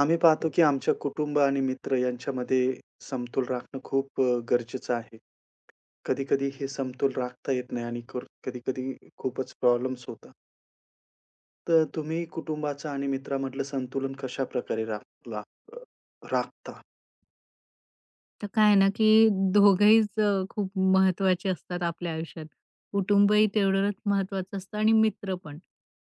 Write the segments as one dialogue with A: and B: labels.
A: आम्ही पाहतो की आमच्या कुटुंब आणि मित्र यांच्यामध्ये समतोल राखणं खूप गरजेचं आहे. कधी-कधी हे समतोल राखता येत नाही आणि कधी-कधी खूपच प्रॉब्लेम्स होतात. तर तुम्ही कुटुंबाचं आणि मित्रामधलं संतुलन कशा प्रकारे राख राख राखता?
B: तर काय आहे ना, की दोघंहीच खूप महत्त्वाचे असतात आपल्या आयुष्यात. कुटुंबही तेवढंच महत्त्वाचं असतं आणि मित्र पण.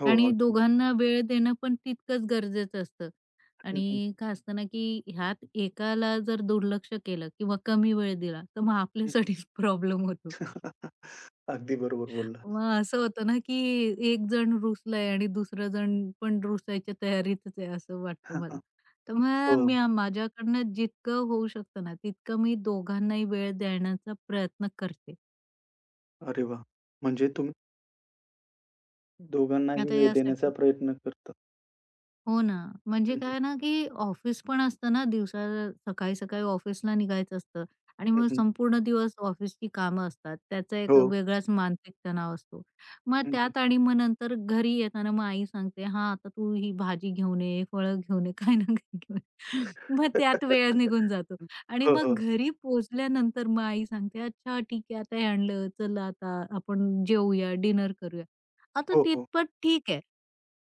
A: हो,
B: आणि
A: अगदी.
B: दोघांना वेळ देणं पण तितकंच गरजेचं असतं.
A: हं, हं.
B: आणि काय असतं ना, की ह्यात एकाला जर दुर्लक्ष केलं किंवा कमी वेळ दिला, तर मग आपल्यासाठीच प्रॉब्लेम होतो.
A: अगदी बरोबर बोललात.
B: मग असं होतं ना, की एक जण रुसलाय आणि दुसरा जण पण रुसायच्या तयारीतच आहे, असं वाटतं मला. तर मग
A: हो.
B: मी माझ्याकडनं जितकं होऊ शकतं ना, तितकं मी दोघांनाही वेळ देण्याचा प्रयत्न करते.
A: अरे वाह! म्हणजे तुम्ही दोघांनाही
B: आता
A: वेळ देण्याचा
B: यासाठी
A: प्रयत्न करता.
B: हो ना. म्हणजे
A: हं, हं.
B: काय ना, की ऑफिस पण असतं ना दिवसा सकाळी-सकाळी ऑफिसला निघायचं असतं आणि मग
A: हं.
B: संपूर्ण दिवस ऑफिसची कामं असतात. त्याचा एक
A: हो.
B: वेगळाच मानसिक तणाव असतो. मग त्यात आणि मग नंतर घरी येताना मग आई सांगते, "हां, आता तू ही भाजी घेऊन ये, फळं घेऊन ये, काही ना काही घेऊन ये." मग त्यात वेळ निघून जातो आणि
A: हो,
B: मग
A: हो.
B: घरी पोहोचल्यानंतर मग आई सांगते, "अच्छा ठीक आहे, आता हे आणलं. चल आता आपण जेवूया, डिनर करूया." आता
A: हो, हो.
B: तितपत ठीक आहे.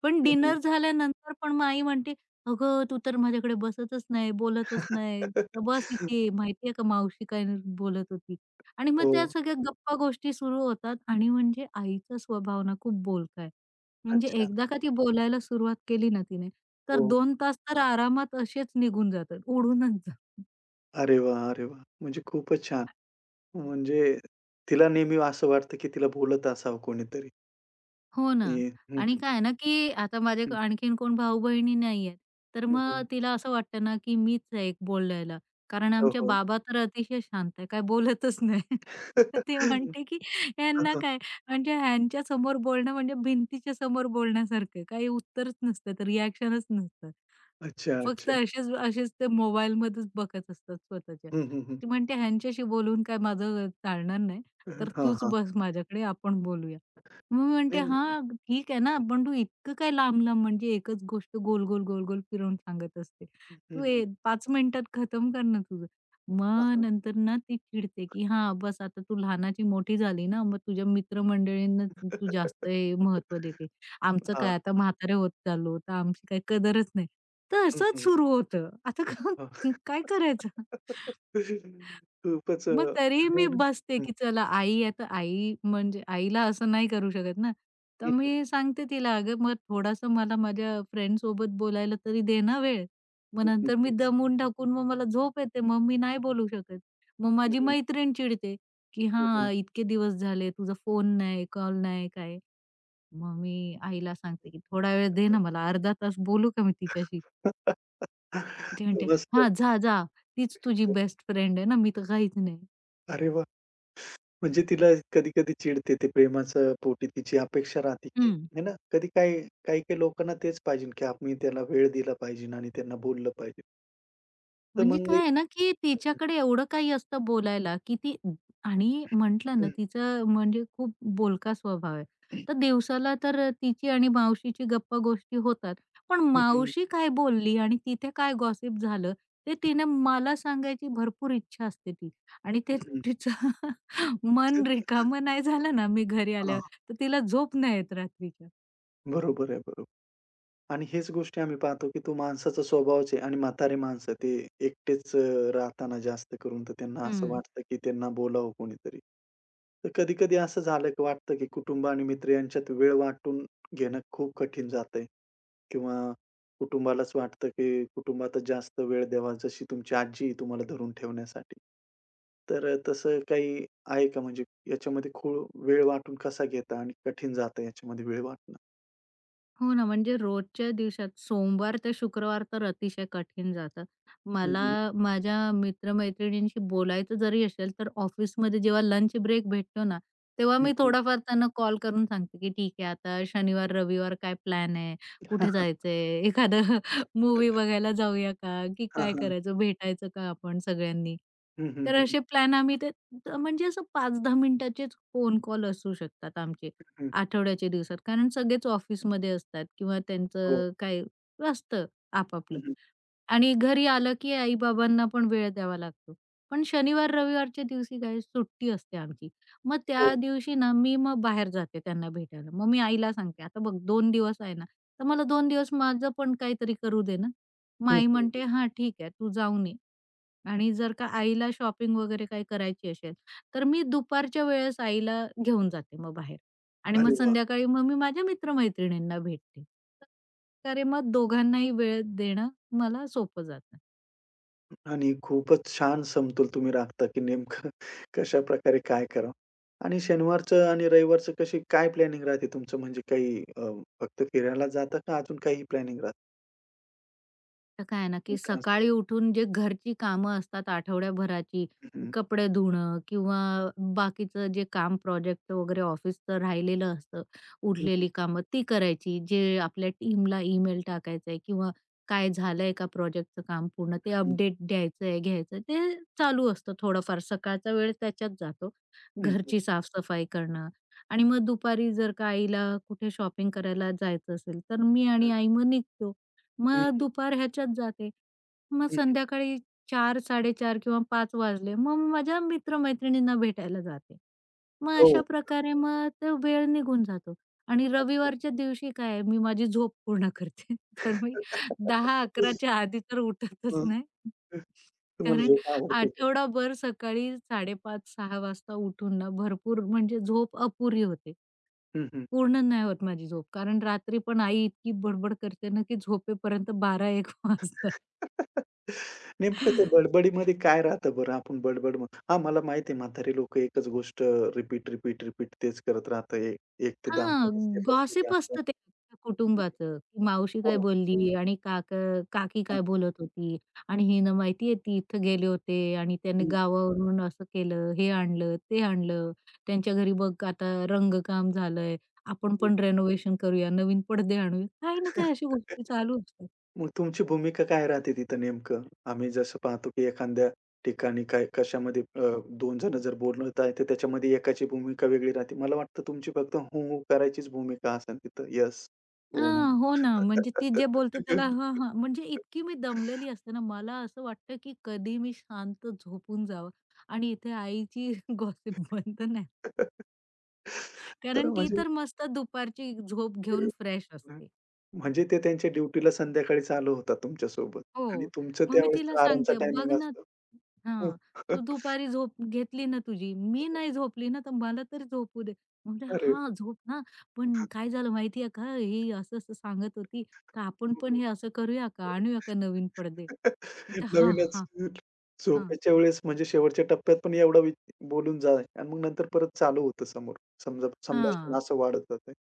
B: पण
A: हं, हं.
B: डिनर झाल्यानंतर पण मग आई म्हणते, "अगं, तू तर माझ्याकडे बसतच नाही, बोलतच नाही. तर बस इथे. माहिती आहे का मावशी काय बोलत होती." आणि मग
A: हो.
B: त्या सगळ्या गप्पा गोष्टी सुरू होतात आणि म्हणजे आईचा स्वभाव ना खूप बोलका आहे. म्हणजे
A: अच्छा.
B: एकदा का ती बोलायला सुरुवात केली ना तिने, तर
A: हो.
B: 2 तास तर आरामात असेच निघून जातात, उडूनच
A: अरे वाह! अरे वाह! म्हणजे खूपच छान. म्हणजे तिला नेहमी असं वाटतं, की तिला बोलत असावं कोणीतरी.
B: हो
A: की
B: ना.
A: हं,
B: आणि
A: हं,
B: काय आहे ना, की आता माझे
A: हं,
B: आणखीन कोण भाऊ-बहिणी नाहीयेत. तर
A: हं,
B: मग
A: हं.
B: तिला असं वाटतं ना, की मीच आहे एक बोलायला. कारण
A: हो,
B: आमच्या
A: हो.
B: बाबा तर अतिशय शांत आहे. काय बोलतच नाही. तर ते म्हणते, की
A: हां,
B: ह्यांना
A: हां.
B: काय म्हणजे ह्यांच्या समोर बोलणं म्हणजे भिंतीच्या समोर बोलण्यासारखं आहे. काही उत्तरच नसतं, तर रिएक्शनच नसतं.
A: अच्छा,
B: फक्त
A: अच्छा.
B: असेच असेच ते मोबाईलमध्येच बघत असतात स्वतःच्या.
A: हं, हं, हं.
B: ती म्हणते, "ह्यांच्याशी बोलून काय माझं चालणार नाही. तर
A: हां,
B: तूच
A: हां.
B: बस माझ्याकडे आपण बोलूया." मग मी म्हणते,
A: नेम
B: "हां, ठीक आहे ना, पण तू इतकं काय लांब-लांब म्हणजे एकच गोष्ट गोल-गोल, गोल-गोल फिरवून सांगत असते.
A: हं,
B: तू
A: हं.
B: 5 मिनिटात खतम कर ना तुझं."
A: हां,
B: मग
A: हां.
B: नंतर ना ती चिडते, की "हां, बस आता तू लहानाची मोठी झाली ना, मग तुझ्या मित्रमंडळींना तू तू जास्त हे महत्त्व देते. आमचं
A: हां.
B: काय आता म्हातारे होत चाललो, तर आमची काही कदरच नाही." तर
A: हं,
B: असंच
A: हं.
B: सुरू होतं. आता
A: हां.
B: का काय करायचं?
A: खूपच
B: मग तरीही
A: आहे
B: मी
A: ना.
B: बसते,
A: हं,
B: की चला आई आहे तर आई म्हणजे आईला असं नाही करू शकत ना. तर
A: हं.
B: मी सांगते तिला, "अगं मग थोडासा मला माझ्या फ्रेंडसोबत बोलायला तरी दे ना वेळ." मग
A: हं,
B: नंतर मी दमून टाकून मग मला झोप येते, मग मी नाही बोलू शकत. मग
A: हं,
B: माझी
A: हं.
B: मैत्रीण चिडते, की
A: हं, हं.
B: "हां, इतके दिवस झाले तुझा फोन नाही, कॉल नाही, काय." मग मी आईला सांगते, की "थोडा वेळ दे
A: हं,
B: ना मला, अर्धा तास बोलू का मी
A: हं.
B: तिच्याशी?" ती म्हणते,
A: मस्त.
B: "हां, जा, जा. तीच तुझी बेस्ट फ्रेंड आहे ना, मी तर काहीच नाही."
A: अरे वाह! म्हणजे तिला कधी-कधी चिडते ते प्रेमाचं पोटी तिची अपेक्षा राहते, की
B: हं.
A: है ना? कधी काही काही-काही लोकांना तेच पाहिजे, की आम्ही त्याला वेळ दिला पाहिजे आणि त्यांना बोललं पाहिजे. तर
B: म्हणजे
A: हं.
B: काय आहे ना, की तिच्याकडे एवढं काही असतं बोलायला, की ती आणि म्हटलं ना,
A: मग
B: तिचं म्हणजे खूप बोलका स्वभाव आहे. तर दिवसाला तर तिची आणि मावशीची गप्पागोष्टी होतात. पण
A: हं, हं. हं, हं.
B: मावशी काय बोलली आणि तिथे काय गॉसिप झालं, ते तिने मला सांगायची भरपूर इच्छा असते ती. आणि ते
A: हं, हं.
B: तिचं मन
A: हं,
B: रिकामं नाही झालं ना, मी घरी आल्यावर, तर तिला झोप नाही येत रात्रीच्या.
A: बरोबर आहे, बरोबर. आणि हेच गोष्टी आम्ही पाहतो, की तो माणसाचा स्वभावच आहे आणि म्हातारे माणसं ते एकटेच राहताना जास्त करून तर त्यांना असं
B: हं.
A: वाटतं, की त्यांना बोलावं कोणीतरी. तर कधी-कधी असं झालं, की वाटतं, की कुटुंब आणि मित्र यांच्यात वेळ वाटून घेणं खूप कठीण जातंय किंवा कुटुंबालाच वाटतं, की कुटुंबातच जास्त वेळ द्यावा, जशी तुमची आजी आहे तुम्हाला धरून ठेवण्यासाठी. तर तसं काही आहे का? म्हणजे याच्यामध्ये वेळ वाटून कसा घेता आणि कठीण जातं याच्यामध्ये वेळ वाटणं?
B: हो ना, म्हणजे रोजच्या दिवसात सोमवार ते शुक्रवार तर अतिशय कठीण जातं.
A: हं,
B: मला
A: हं.
B: माझ्या मित्र-मैत्रिणींशी बोलायचं जरी असेल, तर ऑफिसमध्ये जेव्हा लंच ब्रेक भेटतो ना, तेव्हा मी
A: हं,
B: थोडाफार त्यांना कॉल करून सांगते, की "ठीक आहे, आता शनिवार, रविवार काय प्लॅन आहे? कुठे जायचंय? एखादं मूव्ही बघायला जाऊया का? की
A: हां,
B: काय
A: हां.
B: करायचं? भेटायचं का आपण सगळ्यांनी?"
A: हं, हं,
B: तर
A: हं,
B: असे प्लॅन आम्ही ते म्हणजे असं 5-10 मिनिटाचेच फोन कॉल असू शकतात आमचे.
A: हं.
B: आठवड्याच्या दिवसात. कारण सगळेच ऑफिसमध्ये असतात किंवा
A: हो.
B: त्यांचं काय असतं आपापलं
A: हं, हं.
B: आणि घरी आलं की आई-बाबांना पण वेळ द्यावा लागतो. पण शनिवार-रविवारच्या दिवशी काय सुट्टी असते आमची. मग
A: हो.
B: त्या दिवशी ना मी मग बाहेर जाते त्यांना भेटायला. मग मी आईला सांगते, "आता बघ 2 दिवस आहे ना, तर मला 2 दिवस माझं पण काहीतरी करू दे ना." मग
A: हं,
B: आई
A: हं, हं.
B: म्हणते, "हां, ठीक आहे. तू जाऊन ये." आणि जर का आईला शॉपिंग वगैरे काही करायची असेल, तर मी दुपारच्या वेळेस आईला घेऊन जाते मग बाहेर आणि मग
A: अरे वाह!
B: संध्याकाळी मग मी माझ्या मित्र-मैत्रिणींना भेटते. तर मग दोघांनाही वेळ देणं मला सोपं जातं.
A: आणि खूपच छान समतोल तुम्ही राखता, की नेमकं कशाप्रकारे काय करावं? आणि शनिवारचं आणि रविवारचं कशी काय प्लॅनिंग राहते तुमचं? म्हणजे काही फक्त फिरायला जाता का अजून काही प्लॅनिंग राहते
B: तर काय आहे ना, की
A: मित्रांसोबत?
B: सकाळी उठून जे घरची कामं असतात आठवड्याभराची,
A: हं, हं.
B: कपडे धुणं किंवा बाकीचं जे काम प्रोजेक्ट वगैरे ऑफिसचं राहिलेलं असतं,
A: हं, हं,
B: उरलेली कामं ती करायची. जे आपल्या टीमला ईमेल टाकायचंय किंवा काय झालंय का प्रोजेक्टचं काम पूर्ण ते
A: हं,
B: अपडेट द्यायचंय, घ्यायचंय ते चालू असतं थोडंफार. सकाळचा वेळ त्याच्यात जातो.
A: हं, हं, हं,
B: घरची साफ करणं आणि मग दुपारी जर का आईला कुठे शॉपिंग करायला जायचं असेल, तर मी आणि आई मग निघतो.
A: हं,
B: मग
A: हं,
B: दुपार ह्याच्यात जाते. मग
A: हं, हं.
B: संध्याकाळी चार 4:30 किंवा पाच वाजले, मग माझ्या मित्र-मैत्रिणींना भेटायला जाते. मग
A: हो.
B: अशा प्रकारे मग तो वेळ निघून जातो आणि
A: अच्छा.
B: रविवारच्या दिवशी काय आहे, मी माझी झोप पूर्ण करते. तर मी 10-11च्या आधी तर उठतच नाही.
A: हं, तुम्हाला
B: कारण
A: झोप आवडते का?
B: आठवडाभर सकाळी 5:30-6 वाजता उठून ना भरपूर म्हणजे झोप अपुरी होते.
A: हं, हं.
B: पूर्ण नाही होत माझी झोप. कारण रात्री पण आई इतकी बडबड करते ना, की झोपेपर्यंत 12-1 वाजतात.
A: नेमकं ते बडबडीमध्ये काय राहतं बरं? आपण बडबड म्हणतो. हां, मला माहिती आहे म्हातारी लोकं एकच गोष्ट रिपीट, रिपीट, रिपीट तेच करत राहतं. एक एक ते 10 मध्येच ते
B: हां,
A: फसलेले
B: गॉसिप
A: असतात.
B: असतं ते अख्ख्या कुटुंबाचं, की मावशी काय
A: हो.
B: बोलली आणि काका काकी
A: हां.
B: काय बोलत होती आणि हिनं माहितीये ती इथं गेले होते आणि त्याने
A: हं,
B: गावावरून असं केलं, हे आणलं, ते आणलं. त्यांच्या घरी बघ आता रंगकाम झालंय, आपण पण रेनोव्हेशन करूया, नवीन पडदे आणूया. काही ना काही अशा गोष्टी चालू असतात.
A: मग तुमची भूमिका काय राहते तिथं नेमकं? आम्ही जसं पाहतो की एखाद्या ठिकाणी काय कशामध्ये 2 जण जर बोलत आहेत, तर त्याच्यामध्ये एकाची भूमिका वेगळी राहते. मला वाटतं तुमची फक्त "हो, हो" करायचीच भूमिका असेल तिथं. येस, हो म्हणून.
B: हां, हो ना. म्हणजे ती जे बोलते त्याला हां, हां. म्हणजे इतकी मी दमलेली असते ना, मला असं वाटतं, की कधी मी शांत झोपून जावं आणि इथे आईची गॉसिप बंद नाही.
A: तर
B: कारण ती
A: म्हणजे
B: तर मस्त दुपारची झोप घेऊन फ्रेश असते.
A: म्हणजे ते त्यांच्या ड्युटीला संध्याकाळी चालू होतात तुमच्यासोबत आणि
B: हो.
A: तुमचं
B: मग मी तिला
A: त्यावेळेसचा आरामचा
B: सांगते, "बघ
A: टायमिंग
B: ना
A: असतो.
B: हां. तू
A: हो.
B: दुपारी झोप घेतली ना तुझी, मी नाही झोपली ना, तर मला तर झोपू दे. म्हटलं,
A: अरे!
B: "हां, झोप ना, पण काय झालं माहिती का? ही असं-असं सांगत होती, तर आपण पण हे असं करूया का? आणूया का नवीन पडदे?" तर "हां,
A: नवीनच
B: हां." हां,
A: झोपेच्या वेळेस म्हणजे शेवटच्या टप्प्यात पण एवढा बोलून जा आणि मग नंतर परत चालू होतं समोर. समजा संभाषण
B: हां.
A: असं वाढत जातंय.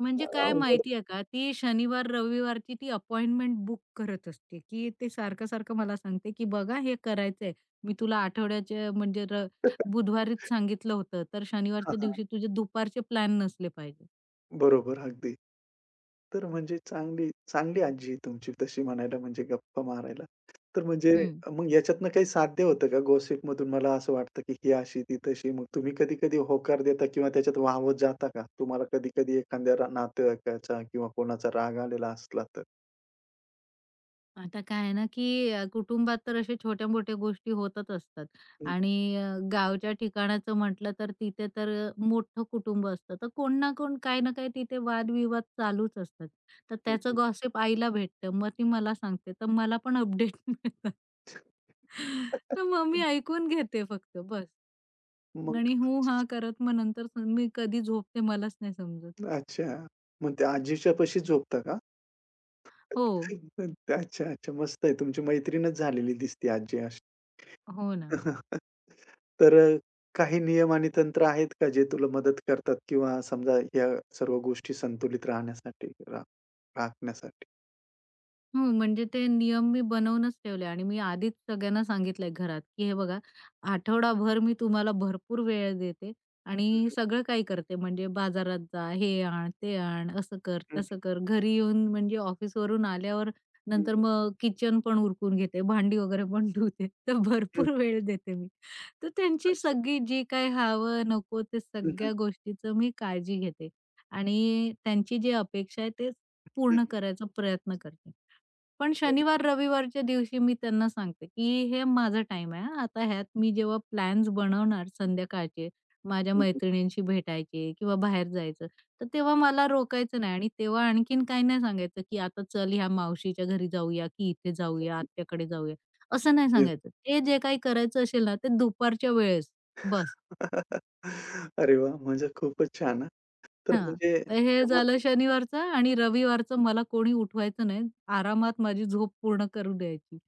B: म्हणजे काय
A: अवघड.
B: माहिती का, ती शनिवार-रविवारची ती अपॉइंटमेंट बुक करत असते, की ते सारखं-सारखं मला सांगते, की "बघा हे करायचंय. मी तुला आठवड्याच्या म्हणजे बुधवारीच सांगितलं होतं, तर
A: हां,
B: शनिवारच्या
A: हां.
B: दिवशी तुझे दुपारचे प्लॅन नसले पाहिजे."
A: बरोबर. अगदी. तर म्हणजे चांगली, चांगली आजी आहे तुमची तशी म्हणायला म्हणजे गप्पा मारायला. तर म्हणजे
B: हं.
A: मग याच्यातनं काही साध्य होतं का गॉसिपमधून मला असं वाटतं, की ही अशी, ती तशी. मग तुम्ही कधी-कधी होकार देता किंवा त्याच्यात वाहवत जाता का? तुम्हाला कधी-कधी एखाद्या नातेवाईकाचा किंवा कोणाचा राग आलेला असला तर?
B: आता काय आहे ना, की कुटुंबात तर अशा छोट्या-मोठ्या गोष्टी होतच असतात
A: हं,
B: आणि गावच्या ठिकाणाचं म्हटलं तर तिथे तर मोठं कुटुंब असतं. तर कोण ना कोण, काही ना काही तिथे वादविवाद चालूच असतात. तर
A: हं,
B: त्याचं
A: हं.
B: गॉसिप आईला भेटतं. मग ती मला सांगते. तर मला पण अपडेट मिळतात. तर मग मी ऐकून घेते फक्त बस.
A: मग
B: आणि हू, हा करत मग नंतर मी कधी झोपते मलाच नाही समजत.
A: अच्छा. मग त्या आजीच्या पाशी झोपता का?
B: हो.
A: अच्छा, अच्छा. मस्त आहे. तुमची मैत्रीणच झालेली दिसते आजी अशी.
B: हो ना.
A: तर काही नियम आणि तंत्र आहेत का जे तुला मदत करतात किंवा समजा या सर्व गोष्टी संतुलित राहण्यासाठी राखण्यासाठी?
B: हो, म्हणजे ते नियम मी बनवूनच ठेवले आणि मी आधीच सगळ्यांना सांगितलंय घरात, की हे बघा आठवडाभर मी तुम्हाला भरपूर वेळ देते आणि
A: हं,
B: सगळं काही करते म्हणजे बाजारात जा, हे आण, ते आण, असं कर,
A: हं.
B: तसं कर. घरी येऊन म्हणजे ऑफिसवरून आल्यावर
A: हं,
B: नंतर
A: हं.
B: मग किचन पण उरकून घेते, भांडी वगैरे पण धुते. तर
A: हं,
B: भरपूर वेळ देते मी. तर त्यांची
A: अच्छा.
B: सगळी जी काही हवं, नको ते
A: हं, हं.
B: सगळ्या गोष्टीचं मी काळजी घेते आणि त्यांची जी अपेक्षा आहे ते
A: हं,
B: पूर्ण
A: हं.
B: करायचा प्रयत्न करते. पण
A: हं, हं.
B: शनिवार-रविवारच्या दिवशी मी त्यांना सांगते, की हे माझा टाइम आहे हां. आता ह्यात मी जेव्हा प्लॅन्स बनवणार संध्याकाळचे, माझ्या
A: हं, हं.
B: मैत्रिणींशी भेटायचे किंवा बाहेर जायचं, तर तेव्हा मला रोकायचं नाही आणि तेव्हा आणखीन काही नाही सांगायचं, की आता चल ह्या मावशीच्या घरी जाऊया, की इथे जाऊया, आत्याकडे जाऊया, असं नाही सांगायचं. ते जे काही करायचं असेल ना, ते दुपारच्या वेळेस बस.
A: अरे वा म्हणजे खूपच छान हां. तर
B: हां.
A: म्हणजे
B: तर हे
A: जेव्हा
B: झालं शनिवारचं आणि रविवारचं मला कोणी उठवायचं नाही. आरामात माझी झोप पूर्ण करू द्यायची.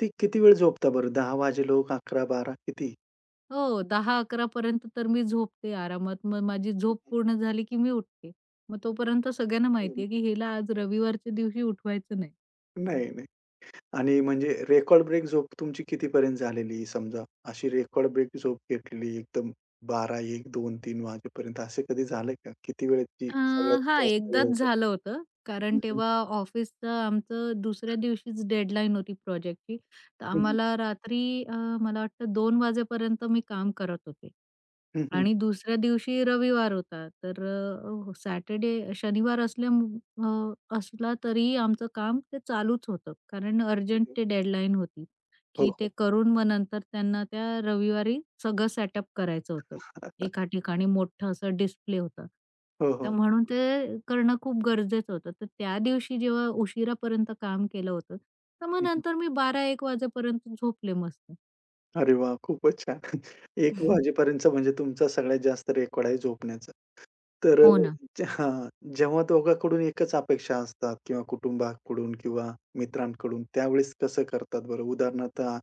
A: ती किती वेळ झोपता बरं? 10 वाजेलोक 11 बारा किती?
B: हो, 10-11 पर्यंत तर मी झोपते आरामात. मग माझी
A: हं,
B: झोप
A: हं.
B: पूर्ण झाली की मी उठते. मग तोपर्यंत सगळ्यांना माहिती आहे की हिला आज रविवारच्या दिवशी उठवायचं नाही.
A: नाही, नाही. आणि म्हणजे रेकॉर्ड ब्रेक झोप तुमची कितीपर्यंत झालेली समजा? अशी रेकॉर्ड ब्रेक झोप घेतलेली एकदम 12:00, 1:00, 2:00, 3:00 वाजेपर्यंत असं कधी झालंय का? किती वेळेची
B: अ,
A: सगळ्यात
B: हां,
A: जास्त वेळ
B: एकदाच
A: होता?
B: झालं होतं.
A: हं,
B: कारण
A: हं.
B: तेव्हा ऑफिसचं आमचं दुसऱ्या दिवशीच डेडलाईन होती प्रोजेक्टची. तर
A: हं, हं.
B: आम्हाला रात्री मला वाटतं 2:00 वाजेपर्यंत मी काम करत होते.
A: हं, हं.
B: आणि दुसऱ्या दिवशी रविवार होता. तर अ, सॅटर्डे शनिवार असला तरी आमचं काम ते चालूच होतं. कारण अर्जंट ते डेडलाईन होती,
A: हो,
B: की
A: हो.
B: ते करून मग नंतर त्यांना त्या रविवारी सगळं सेटअप करायचं होतं. एका ठिकाणी मोठं असं डिस्प्ले होतं.
A: हो,
B: तर
A: हो.
B: म्हणून ते करणं खूप गरजेचं होतं. तर त्या दिवशी जेव्हा उशिरापर्यंत काम केलं होतं, तर मग
A: हं, हं.
B: नंतर मी 12-1 वाजेपर्यंत झोपले मस्त.
A: अरे वाह! खूपच छान. 1:00 वाजेपर्यंतचा म्हणजे तुमचा सगळ्यात जास्त रेकॉर्ड आहे झोपण्याचा. तर
B: हो हो ना.
A: हां, जेव्हा दोघांकडून एकच अपेक्षा असतात किंवा कुटुंबाकडून किंवा मित्रांकडून, त्यावेळेस कसं करतात बरं? उदाहरणार्थ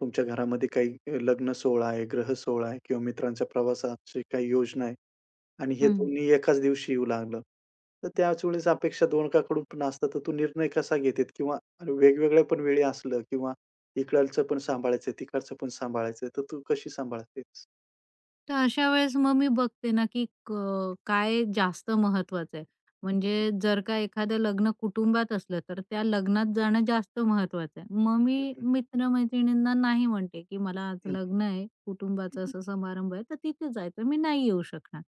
A: तुमच्या घरामध्ये काही लग्न सोहळा आहे, ग्रहसोहळा आहे किंवा मित्रांच्या प्रवासाची काही योजना आहे आणि हे दोन्ही एकाच दिवशी येऊ लागलं. तर त्याच वेळेस अपेक्षा दोघांकडून पण असतात, तर तो निर्णय कसा घेतात किंवा वेगवेगळ्या पण वेळी असलं किंवा इकडचं पण सांभाळायचं तिकडचं पण सांभाळायचं तर तू कशी सांभाळतेस?
B: तर अशा वेळेस मग मी बघते ना, की काय जास्त महत्त्वाचं आहे. म्हणजे जर का एखादं लग्न कुटुंबात असलं, तर त्या लग्नात जाणं जास्त महत्त्वाचं आहे. मग
A: हं, हं,
B: मी
A: हं,
B: मित्र-मैत्रिणींना नाही म्हणते, की मला आज
A: हं, हं,
B: लग्न आहे, कुटुंबाचा असा समारंभ आहे, तर तिथे जायचं मी नाही येऊ शकणार.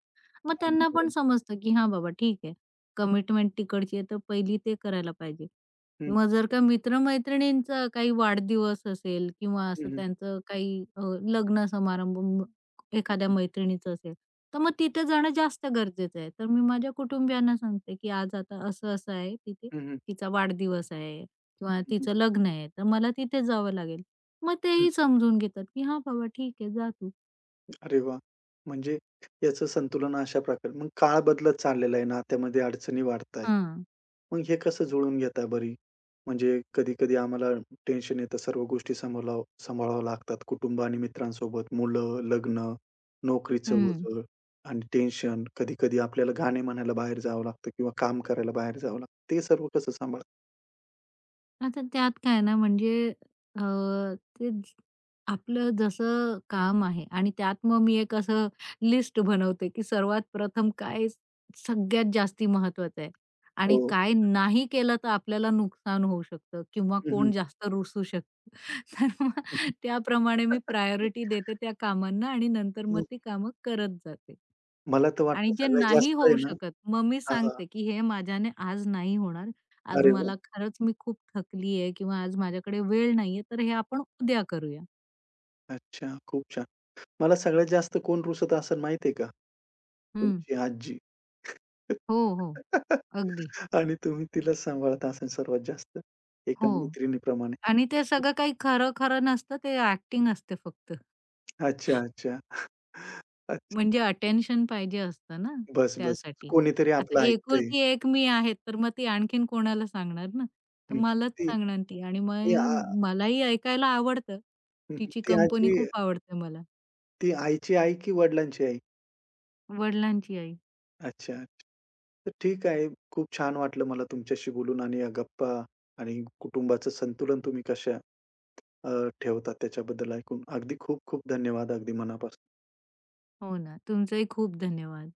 B: मग
A: अगदी
B: त्यांना पण
A: बरोबर.
B: समजतं, की हां बाबा ठीक आहे, कमिटमेंट तिकडची आहे, तर पहिली ते करायला पाहिजे. मग जर का मित्र काही वाढदिवस असेल किंवा
A: हं,
B: असं
A: हं.
B: त्यांचं काही लग्न समारंभ
A: हं,
B: एखाद्या
A: हं.
B: मैत्रिणीचं असेल, तर मग तिथे जाणं जास्त गरजेचं आहे. तर मी माझ्या कुटुंबियांना सांगते, की आज आता असं-असं आहे तिथे,
A: हं, हं.
B: तिचा वाढदिवस आहे किंवा
A: हं, हं.
B: तिचं लग्न आहे, तर मला तिथे जावं लागेल. मग तेही समजून घेतात, की "हां, बाबा ठीक आहे जा तू."
A: अरे वाह! म्हणजे याचं संतुलन अशा प्रकारे मग काळ बदलत चाललेला आहे, नात्यामध्ये अडचणी वाढतायत.
B: हां,
A: मग हे कसं जुळवून घेताय बरी? म्हणजे कधी-कधी आम्हाला टेन्शन येतं, सर्व गोष्टी सांभाळाव्या लागतात. कुटुंब आणि मित्रांसोबत, मुलं, लग्न, नोकरीचं ओझं आणि टेन्शन. कधी-कधी आपल्याला गाणे म्हणायला बाहेर जावं लागतं किंवा काम करायला बाहेर जावं लागतं. ते सर्व कसं सांभाळता?
B: आता त्यात काय ना म्हणजे अ, ते ज- आपलं जसं काम आहे आणि त्यात मग मी एक असं लिस्ट बनवते की सर्वात प्रथम काय सगळ्यात जास्ती महत्वाचं आहे आणि
A: हो.
B: काय नाही केलं तर आपल्याला नुकसान होऊ शकतं किंवा
A: हं,
B: कोण
A: हं.
B: जास्त रुसू शकतं तर मग त्याप्रमाणे मी प्रायोरिटी देते त्या कामांना आणि नंतर मग ती कामं करत जाते
A: मला तर
B: आणि
A: वाटतं
B: जे
A: सगळ्यात
B: नाही
A: जास्त आहे
B: होऊ
A: ना
B: शकत, मग मी
A: हां, हां.
B: सांगते, की हे माझ्याने आज नाही होणार. आज
A: अरे वाह!
B: मला खरंच मी खूप थकली आहे किंवा आज माझ्याकडे वेळ नाहीये, तर हे आपण उद्या करूया.
A: अच्छा, खूप छान. मला सगळ्यात जास्त कोण रुसत असेल माहिती आहे का?
B: हं.
A: तुमची आजी.
B: हो, हो. अगदी.
A: आणि तुम्ही तिला सांभाळत असाल सर्वात जास्त, एका
B: हो.
A: मैत्रिणीप्रमाणे.
B: आणि ते सगळं काही खरं-खरं नसतं. ते ॲक्टिंग असते फक्त.
A: अच्छा, अच्छा. अच्छा.
B: म्हणजे अटेन्शन पाहिजे असतं ना
A: बस, बस.
B: त्यासाठी.
A: कोणीतरी आपलं
B: आता
A: ऐकतंय.
B: एकुलती एक मी आहे, तर मग ती आणखीन कोणाला सांगणार ना? तर
A: हं.
B: मलाच
A: ती
B: सांगणार ती आणि
A: ती आ
B: मग मलाही ऐकायला आवडतं. तिची
A: ती
B: कंपनी
A: आजी
B: खूप आवडते मला.
A: ती आईची आई की वडिलांची आई?
B: वडिलांची आई.
A: अच्छा, अच्छा. तर ठीक आहे. खूप छान वाटलं मला तुमच्याशी बोलून आणि या गप्पा आणि कुटुंबाचं संतुलन तुम्ही कशा अ, ठेवतात त्याच्याबद्दल ऐकून. अगदी खूप खूप धन्यवाद अगदी मनापासून.
B: हो ना. तुमचंही खूप धन्यवाद.